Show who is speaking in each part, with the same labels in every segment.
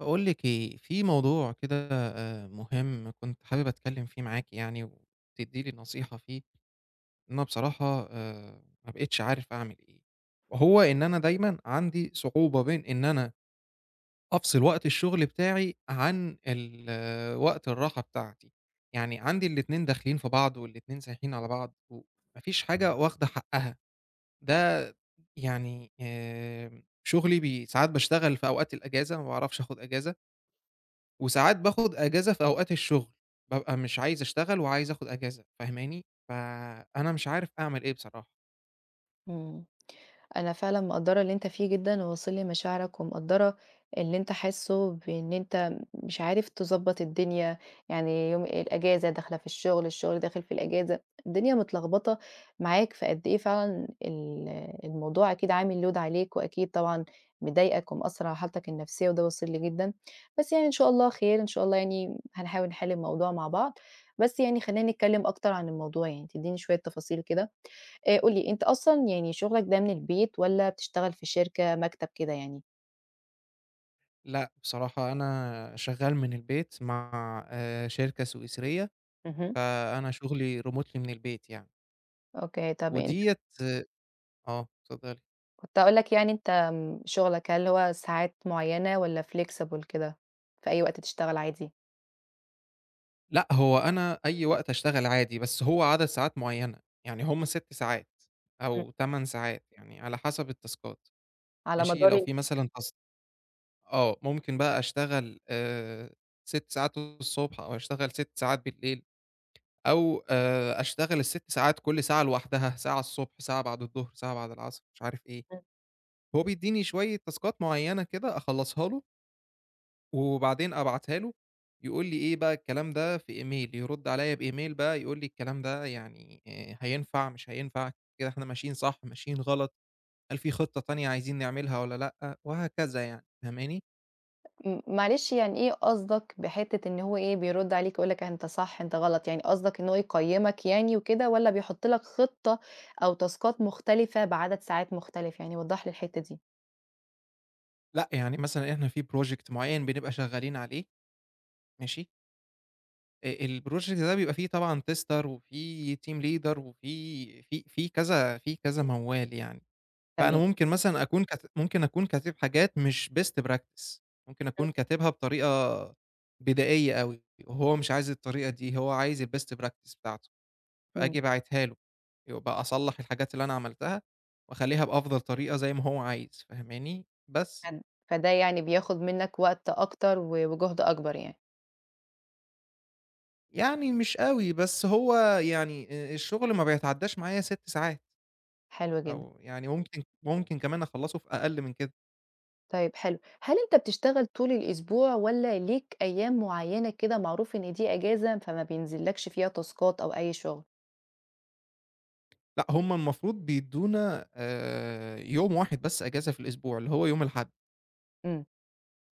Speaker 1: باقول لِك إيه، في موضوع كده مهم كنت حابب أتكلّم فيه معاكِ يعني وتدّي لي نصيحة فيه، إن أنا بصراحة ما بقيتش عارف أعمل إيه، وهو إن أنا دايمًا عندي صعوبة بين إن أنا أفصل وقت الشغل بتاعي عن ال آه، وقت الراحة بتاعتي، يعني عندي الاتنين داخلين في بعض والاتنين سايحين على بعض وما فيش حاجة واخدة حقّها، ده يعني شغلي بي ساعات باشتغل في أوقات الأجازة ما باعرفش آخُد أجازة، وساعات باخد أجازة في أوقات الشغل، بابقى مش عايز أشتغل وعايز آخد أجازة فاهماني؟ فأنا مش عارف أعمل إيه بصراحة.
Speaker 2: إمم. أنا فعلًا مقدّرة اللي أنت فيه جدًا وواصل لي مشاعرك ومقدّرة اللي أنت حاسّه بإن أنت مش عارف تضبّط الدنيا، يعني يوم الأجازة داخلة في الشغل، الشغل داخل في الأجازة، الدنيا متلخبطة معاك، فقد إيه فعلًا الموضوع أكيد عامل load عليك وأكيد طبعًا مضايقك ومأثّر على حالتك النفسية وده واصل لي جدًا، بس يعني إن شاء الله خير، إن شاء الله يعني هنحاول نحل الموضوع مع بعض، بس يعني خلّينا نتكلّم أكتر عن الموضوع يعني تدّيني شوية تفاصيل كده؟ قُل لي أنت أصلًا يعني شغلك ده من البيت والّا بتشتغل في شركة مكتب كده يعني؟
Speaker 1: لأ بصراحة أنا شغال من البيت مع شركة سويسرية،
Speaker 2: اهم.
Speaker 1: فأنا شغلي remotely من البيت يعني،
Speaker 2: أوكي، طَب أنت
Speaker 1: وديّة آه، اتفضلي.
Speaker 2: كنت هاقول لك يعني أنت شغلك هل هو ساعات معيّنة والّا flexible كده، في أي وقت تشتغل عادي؟
Speaker 1: لأ هو أنا أي وقت أشتغل عادي، بس هو عدد ساعات معيّنة، يعني هم 6 ساعات
Speaker 2: إمم.
Speaker 1: أو 8 ساعات يعني على حسب التاسكات
Speaker 2: على
Speaker 1: ماشي؟
Speaker 2: مدار
Speaker 1: لو في مثلًا تاسك ممكن بقى أشتغل 6 ساعات الصبح أو أشتغل 6 ساعات بالليل أو أشتغل ال6 ساعات كل ساعة لوحدها، ساعة الصبح، ساعة بعد الضهر، ساعة بعد العصر، مش عارف إيه.
Speaker 2: إمم.
Speaker 1: هو بيدّيني شوية تاسكات معيّنة كده أخلّصها له وبعدين أبعتها له، يقول لي إيه بقى الكلام ده في إيميل، يرُد عليّا بإيميل بقى يقول لي الكلام ده يعني هينفع، مش هينفع، كده إحنا ماشيين صح، ماشيين غلط، هل في خطة تانية عايزين نعملها والّا لأ، وهكذا يعني، فاهماني؟
Speaker 2: معلش يعني إيه قصدك بحتّة إن هو إيه، بيرُد عليك يقول لك أنت صح، أنت غلط، يعني قصدك إن هو يقيّمك يعني وكده والّا بيحُط لك خطة أو تاسكات مختلفة بعدد ساعات مختلف، يعني وضّح لي الحتّة دي.
Speaker 1: لأ، يعني مثلًا إحنا في project معيّن بنبقى شغّالين عليه ماشي، الproject ده بيبقى فيه طبعًا tester وفيه team leader وفيه في كذا في كذا موال يعني، فأنا
Speaker 2: تمام.
Speaker 1: ممكن مثلًا أكون كات ممكن أكون كاتب حاجات مش best practice ممكن
Speaker 2: إمم.
Speaker 1: أكون كاتبها بطريقة بدائية أوي، وهو مش عايز الطريقة دي، هو عايز الbest practice بتاعته،
Speaker 2: إمم.
Speaker 1: فآجي باعتها له، يبقى أصلّح الحاجات اللي أنا عملتها وأخلّيها بأفضل طريقة زي ما هو عايز، فاهماني؟ بس.
Speaker 2: حلو. فده يعني بياخد منّك وقت أكتر وجهد أكبر يعني،
Speaker 1: يعني مش أوي، بس هو يعني الشغل ما بيتعدّاش معايا 6 ساعات،
Speaker 2: حلو جدًا.
Speaker 1: أو يعني ممكن كمان أخلّصه في أقل من كده،
Speaker 2: طيب حلو، هل أنت بتشتغل طول الأسبوع والّا ليك أيام معيّنة كده معروف إن دي إجازة فما بينزلّكش فيها تاسكات أو أي شغل؟
Speaker 1: لأ هُم المفروض بيدّونا يوم واحد بس أجازة في الأسبوع، اللي هو يوم الأحد،
Speaker 2: إمم،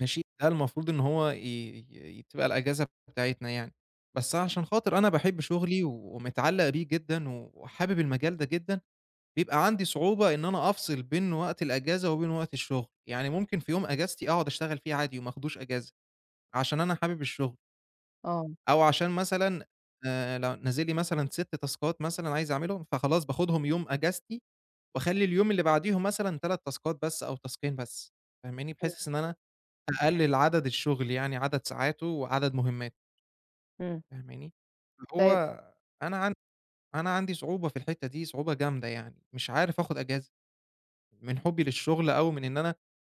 Speaker 1: ماشي؟ ده المفروض إن هو ي ي تبقى الأجازة بتاعتنا يعني، بس عشان خاطر أنا باحب شغلي ومتعلّق بيه جدًا وحابب المجال ده جدًا، بيبقى عندي صعوبة إن أنا أفصل بين وقت الأجازة وبين وقت الشغل، يعني ممكن في يوم أجازتي أقعد أشتغل فيه عادي وما آخدوش أجازة. عشان أنا حابب الشغل،
Speaker 2: آه،
Speaker 1: أو عشان مثلًا لو نازل لي مثلًا 6 تاسكات مثلًا عايز أعملهم، فخلاص باخدهم يوم إجازتي، وأخلّي اليوم اللي بعديهم مثلًا 3 تاسكات بس أو تاسكين بس، فاهماني؟
Speaker 2: إمم،
Speaker 1: بحيث إن أنا أقلل عدد الشغل يعني عدد ساعاته وعدد مهماته،
Speaker 2: إمم.
Speaker 1: فاهماني؟ فهو
Speaker 2: طيب
Speaker 1: أنا عن أنا عندي صعوبة في الحتّة دي، صعوبة جامدة يعني، مش عارف آخد إجازة. من حُبّي للشغل أو من إن أنا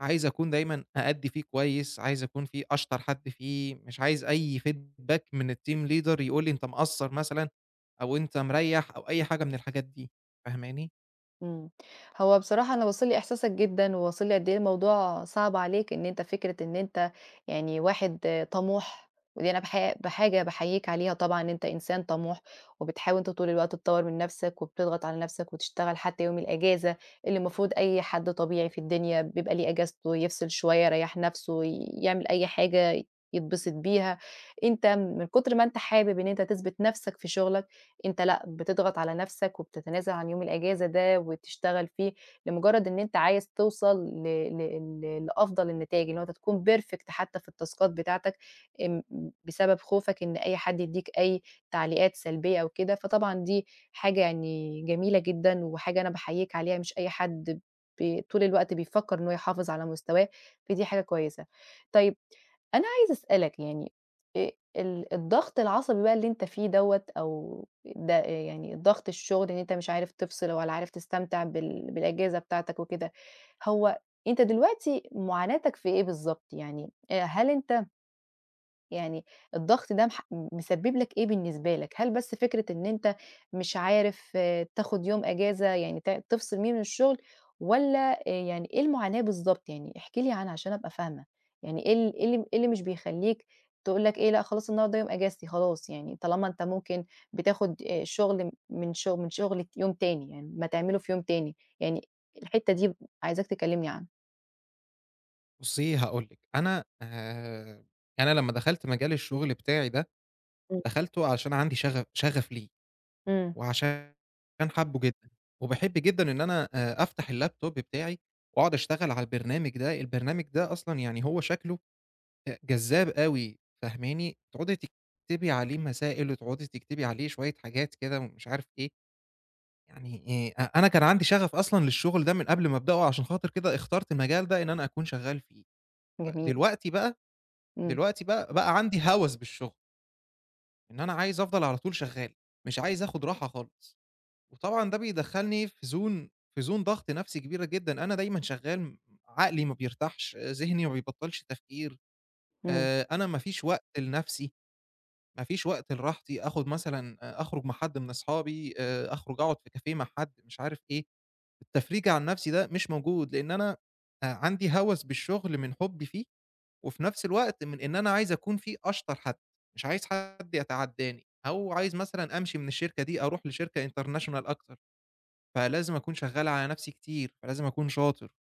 Speaker 1: عايز أكون دايمًا أأدّي فيه كويس، عايز أكون فيه أشطر حد فيه، مش عايز أي feedback من الteam leader يقول لي أنت مقصّر مثلًا أو أنت مريّح أو أي حاجة من الحاجات دي، فاهماني؟
Speaker 2: إمم. هو بصراحة أنا واصل لي إحساسك جدًا، وواصل لي قد إيه الموضوع صعب عليك، إن أنت فكرة إن أنت يعني واحد طموح، ودي أنا بحاجة باحييك عليها طبعًا إن أنت إنسان طموح، وبتحاول أنت طول الوقت تطوّر من نفسك، وبتضغط على نفسك وتشتغل حتى يوم الأجازة، اللي المفروض أي حد طبيعي في الدنيا بيبقى ليه أجازته يفصل شوية، يريّح نفسه، يعمل أي حاجة يتبسط بيها. أنت من كتر ما أنت حابب إن أنت تثبت نفسك في شغلك أنت لأ، بتضغط على نَفْسك وبتتنازل عن يوم الإجازة ده وتشتغل فيه، لمجرد إن أنت عايز توصل ل ل ل لأفضل النتايج، إن هو أنت تكون perfect حتى في التاسكات بتاعتك، آمم، بسبب خوفك إن أي حد يدّيك أي تعليقات سلبية أو كده، فطبعًا دي حاجة يعني جميلة جدًا وحاجة أنا باحييك عليها، مش أي حد طول الوقت بيفكّر إن هو يحافظ على مستواه، فدي حاجة كويسة. طيب أنا عايزة أسألك يعني الضغط العصبي بقى اللي أنت فيه دوّة أو ده يعني ضغط الشغل إن أنت مش عارف تفصل ولا عارف تستمتع بالأجازة بتاعتك وكده، هو أنت دلوقتي معاناتك في إيه بالضبط؟ يعني هل أنت يعني الضغط ده مسبب لك إيه بالنسبة لك؟ هل بس فكرة إن أنت مش عارف تاخد يوم إجازة يعني تفصل بيه من الشغل، والّا يعني إيه المعاناة بالضبط يعني؟ احكِ لي عنها عشان أبقى فاهمة، يعني إيه إيه اللي مش بيخلّيك تقول لك إيه لأ خلاص النهارده يوم إجازتي خلاص يعني، طالما أنت ممكن بتاخد شغل من شغ من شغل يوم تاني يعني ما تعمله في يوم تاني، يعني الحتة دي عايزاك تكلمني عنها.
Speaker 1: بُصّي هاقول لِك، أنا لمّا دخلت مجال الشغل بتاعي ده،
Speaker 2: إمم.
Speaker 1: دخلته عشان عندي شغف شغف ليه
Speaker 2: إمم،
Speaker 1: وعشان حابّه جدًا وباحب جدًا إن أنا أفتح الlaptop بتاعي وأقعد أشتغل على البرنامج ده، البرنامج ده أصلًا يعني هو شكله جذاب أوي، فاهماني؟ تقعدي تكتبي عليه مسائل وتقعدي تكتبي عليه شوية حاجات كده ومش عارف إيه، يعني أ أنا كان عندي شغف أصلًا للشغل ده من قبل ما أبدأه عشان خاطر كده اخترت المجال ده إن أنا أكون شغال فيه،
Speaker 2: جميل،
Speaker 1: فدلوقتي بقى
Speaker 2: إمم،
Speaker 1: دلوقتي بقى عندي هوس بالشغل، إن أنا عايز أفضل على طول شغال، مش عايز آخد راحة خالص، وطبعًا ده بيدخّلني في zone ضغط نفسي كبيرة جدًا، أنا دايمًا شغال عقلي ما بيرتاحش، ذهني ما بيبطّلش تفكير،
Speaker 2: إمم،
Speaker 1: أنا ما فيش وقت لنفسي. ما فيش وقت لراحتي، آخُد مثلًا أخرج مع حد من أصحابي، أخرج أقعد في كافيه مع حد، مش عارف إيه، التفريج عن نَفْسي ده مش موجود، لإن أنا عندي هَوَس بالشغل من حُبّي فيه، وفي نَفْس الوقت من إن أنا عايز أكون فيه أشطر حد، مش عايز حد يتعدّاني، أو عايز مثلًا أمشي من الشركة دي أروح لشركة international أكتر، فلازم أكون شغّال على نَفْسي كتير، فلازم أكون شاطر.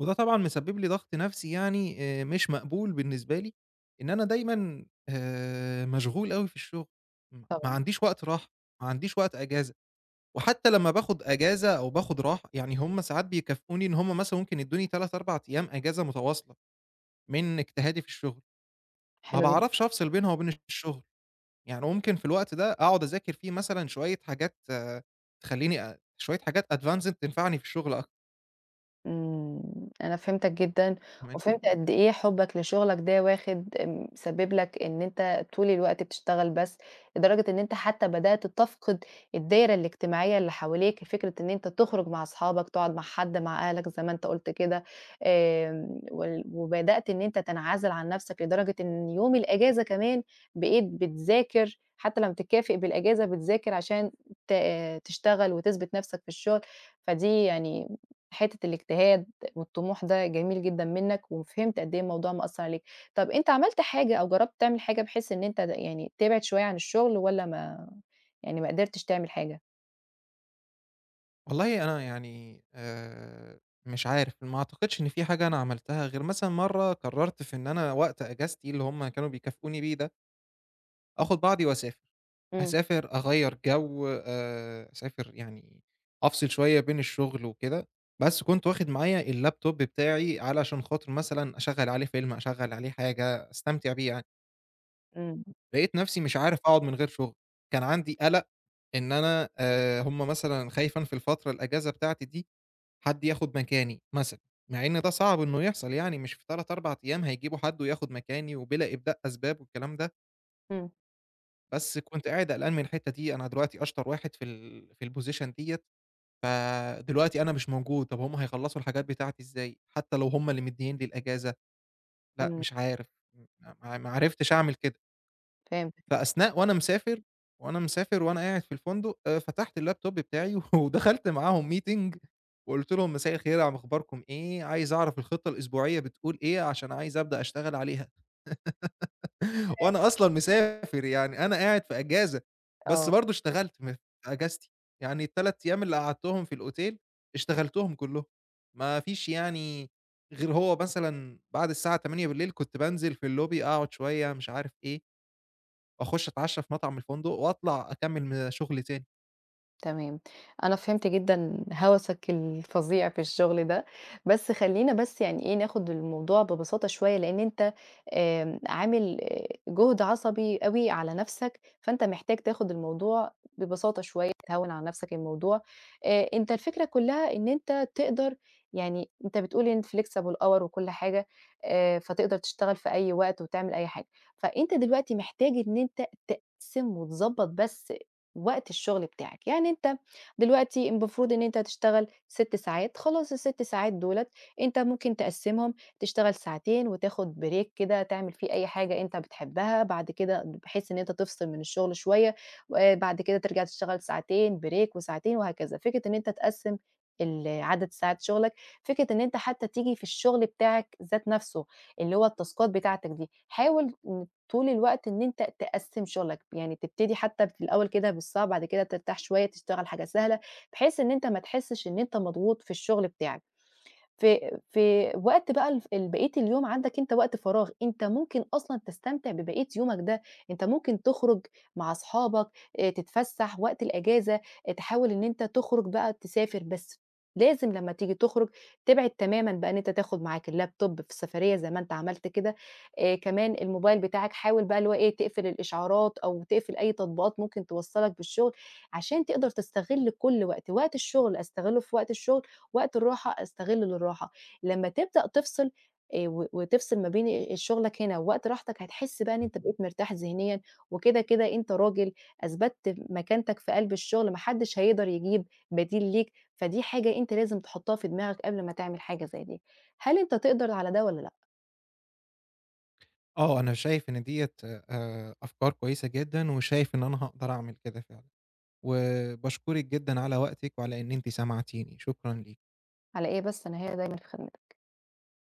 Speaker 1: وده طبعًا مسبب لي ضغط نفسي يعني مش مقبول بالنسبة لي، إن أنا دايمًا مشغول أوي في الشغل، ما
Speaker 2: طبعًا،
Speaker 1: عنديش وقت راحة، ما عنديش وقت أجازة، وحتى لمّا باخد أجازة أو باخد راحة، يعني هم ساعات بيكافئوني إن هم مثلًا ممكن يدوني 3، 4 أيام أجازة متواصلة من اجتهادي في الشغل، ما
Speaker 2: حلو جدًا.
Speaker 1: باعرفش أفصل بينها وبين الشغل، يعني ممكن في الوقت ده أقعد أذاكر فيه مثلًا شوية حاجات تخلّيني شوية حاجات advanced تنفعني في الشغل أكتر.
Speaker 2: إمم، أنا فهمتك جدًا، وفهمت قد إيه حُبّك لشغلك ده واخد سبب لك إن أنت طول الوقت بتشتغل بس، لدرجة إن أنت حتى بدأت تفقد الدايرة الاجتماعية اللي حواليك، فكرة إن أنت تخرج مع أصحابك، تقعد مع حد، مع أهلك زي ما أنت قُلت كده، وبدأت إن أنت تنعزل عن نَفْسك لدرجة إن يوم الإجازة كمان بقيت بتذاكر، حتى لمّا بتتكافئ بالإجازة بتذاكر عشان ت تشتغل وتثبت نَفْسك في الشغل، فدي يعني حتة الاجتهاد والطموح ده جميل جدًا منّك، وفهمت قد إيه الموضوع مأثّر عليك. طَب أنت عملت حاجة أو جرّبت تعمل حاجة بحيث إن أنت يعني تبعد شوية عن الشغل والّا ما يعني ما قدرتش تعمل حاجة؟
Speaker 1: والله أنا يعني مش عارف، ما أعتقدش إن في حاجة أنا عملتها غير مثلًا مرّة قرّرت في إن أنا وقت أجازتي اللي هم كانوا بيكافئوني بيه ده، آخُد بعضي وأسافر،
Speaker 2: إمم،
Speaker 1: أسافر أغيّر جو أسافر يعني أفصل شوية بين الشغل وكده، بس كنت واخد معايا اللابتوب بتاعي علشان خاطر مثلًا أشغّل عليه فيلم، أشغّل عليه حاجة، أستمتع بيه يعني،
Speaker 2: إمم،
Speaker 1: لقيت نَفْسي مش عارف أقعد من غير شغل، كان عندي قَلَق إن أنا هم مثلًا خايف أنا في الفترة الأجازة بتاعتي دي حد ياخد مكاني مثلًا، مع إن ده صعب إنه يحصل يعني مش في 3، 4 أيام هيجيبوا حد وياخد مكاني وبلا إبداء أسباب والكلام ده،
Speaker 2: إمم،
Speaker 1: بس كنت قاعد قلقان من الحتّة دي، أنا دلوقتي أشطر واحد في الposition ديّة، فدلوقتي أنا مش موجود، طب هم هيخلّصوا الحاجات بتاعتي إزاي؟ حتّى لو هم اللي مدّيين لي الأجازة، لأ
Speaker 2: إمم،
Speaker 1: مش عارف، م ما ما عرفتش أعمل كده.
Speaker 2: فهمتك،
Speaker 1: فأثناء وأنا مسافر، وأنا مسافر وأنا قاعد في الفندق فتحت الlaptop بتاعي ودخلت معاهم meeting وقُلت لهم: "مساء الخير، ع أخباركم إيه؟ عايز أعرف الخطة الأسبوعية بتقول إيه عشان عايز أبدأ أشتغل عليها." وأنا أصلًا مسافر، يعني أنا قاعد في أجازة، بس
Speaker 2: آه.
Speaker 1: برضه اشتغلت في أجازتي، يعني ال3 أيام اللي قعدتهم في الأوتيل اشتغلتهم كلّهم، ما فيش يعني غير هو مثلًا بعد الساعة 20:00 كنت بانزل في الlobby أقعد شوية مش عارف إيه. واخش اتعشى في مطعم الفندق واطلع أكمّل شغلي تاني.
Speaker 2: تمام. أنا فهمت جدًا هَوَسك الفظيع في الشغل ده، بس خلّينا بس يعني إيه، ناخد الموضوع ببساطة شوية، لإن أنت عامل جهد عصبي أوي على نَفْسك، فأنت محتاج تاخد الموضوع ببساطة شوية، تهوّن على نَفْسك الموضوع. أنت الفكرة كُلّها إن أنت تقدر يعني أنت بتقول إن flexible hour وكل حاجة، فتقدر تشتغل في أي وقت وتعمل أي حاجة. فأنت دلوقتي محتاج إن أنت تقسِّم وتضبّط بس وقت الشغل بتاعك. يعني انت دلوقتي المفروض ان انت هتشتغل 6 ساعات، خلاص الست ساعات دولت انت ممكن تقسمهم، تشتغل ساعتين وتاخد بريك كده تعمل فيه اي حاجة انت بتحبها، بعد كده بحيث ان انت تفصل من الشغل شوية، بعد كده ترجع تشتغل ساعتين بريك وساعتين وهكذا. فكرة ان انت تقسم عدد ساعات شغلك، فكره ان انت حتى تيجي في الشغل بتاعك ذات نفسه اللي هو التاسكات بتاعتك دي، حاول طول الوقت إن أنت تقسّم شغلك، يعني تبتدي حتى في الأول كده بالصعب، بعد كده ترتاح شوية تشتغل حاجة سهلة، بحيث إن أنت ما تحسّش إن أنت مضغوط في الشغل بتاعك. في وقت بقى الف ال بقية اليوم عندك أنت وقت فراغ، أنت ممكن أصلًا تستمتع ببقية يومك ده، أنت ممكن تخرج مع أصحابك، تتفسّح وقت الأجازة، تحاول إن أنت تخرج بقى تسافر، بس لازم لمّا تيجي تخرج تبعد تمامًا بقى إن أنت تاخد معاك اللابتوب في السفرية زي ما أنت عملت كده، كمان الموبايل بتاعك حاول بقى اللي هو إيه، تقفل الإشعارات أو تقفل أي تطبيقات ممكن توصّلك بالشغل، عشان تقدر تستغل كل وقت، وقت الشغل أستغله في وقت الشغل، وقت الراحة أستغلّه للراحة، لمّا تبدأ تفصل وتفصل ما بين شغلك هنا ووقت راحتك، هتحس بقى إن أنت بقيت مرتاح ذهنيًا، وكده، كده أنت راجل أثبتت مكانتك في قلب الشغل، ما حدش هيقدر يجيب بديل ليك، فدي حاجة أنت لازم تحطّها في دماغك قبل ما تعمل حاجة زي دي. هل أنت تقدر على ده والّا لأ؟
Speaker 1: آه، أنا شايف إن ديّة أفكار كويسة جدًا وشايف إن أنا هاقدر أعمل كده فعلًا، وباشكرِك جدًا على وقتِك وعلى إن أنتِ سمعتيني، شكرًا ليكِ.
Speaker 2: على إيه بس أنا هنا دايمًا في خدمتك.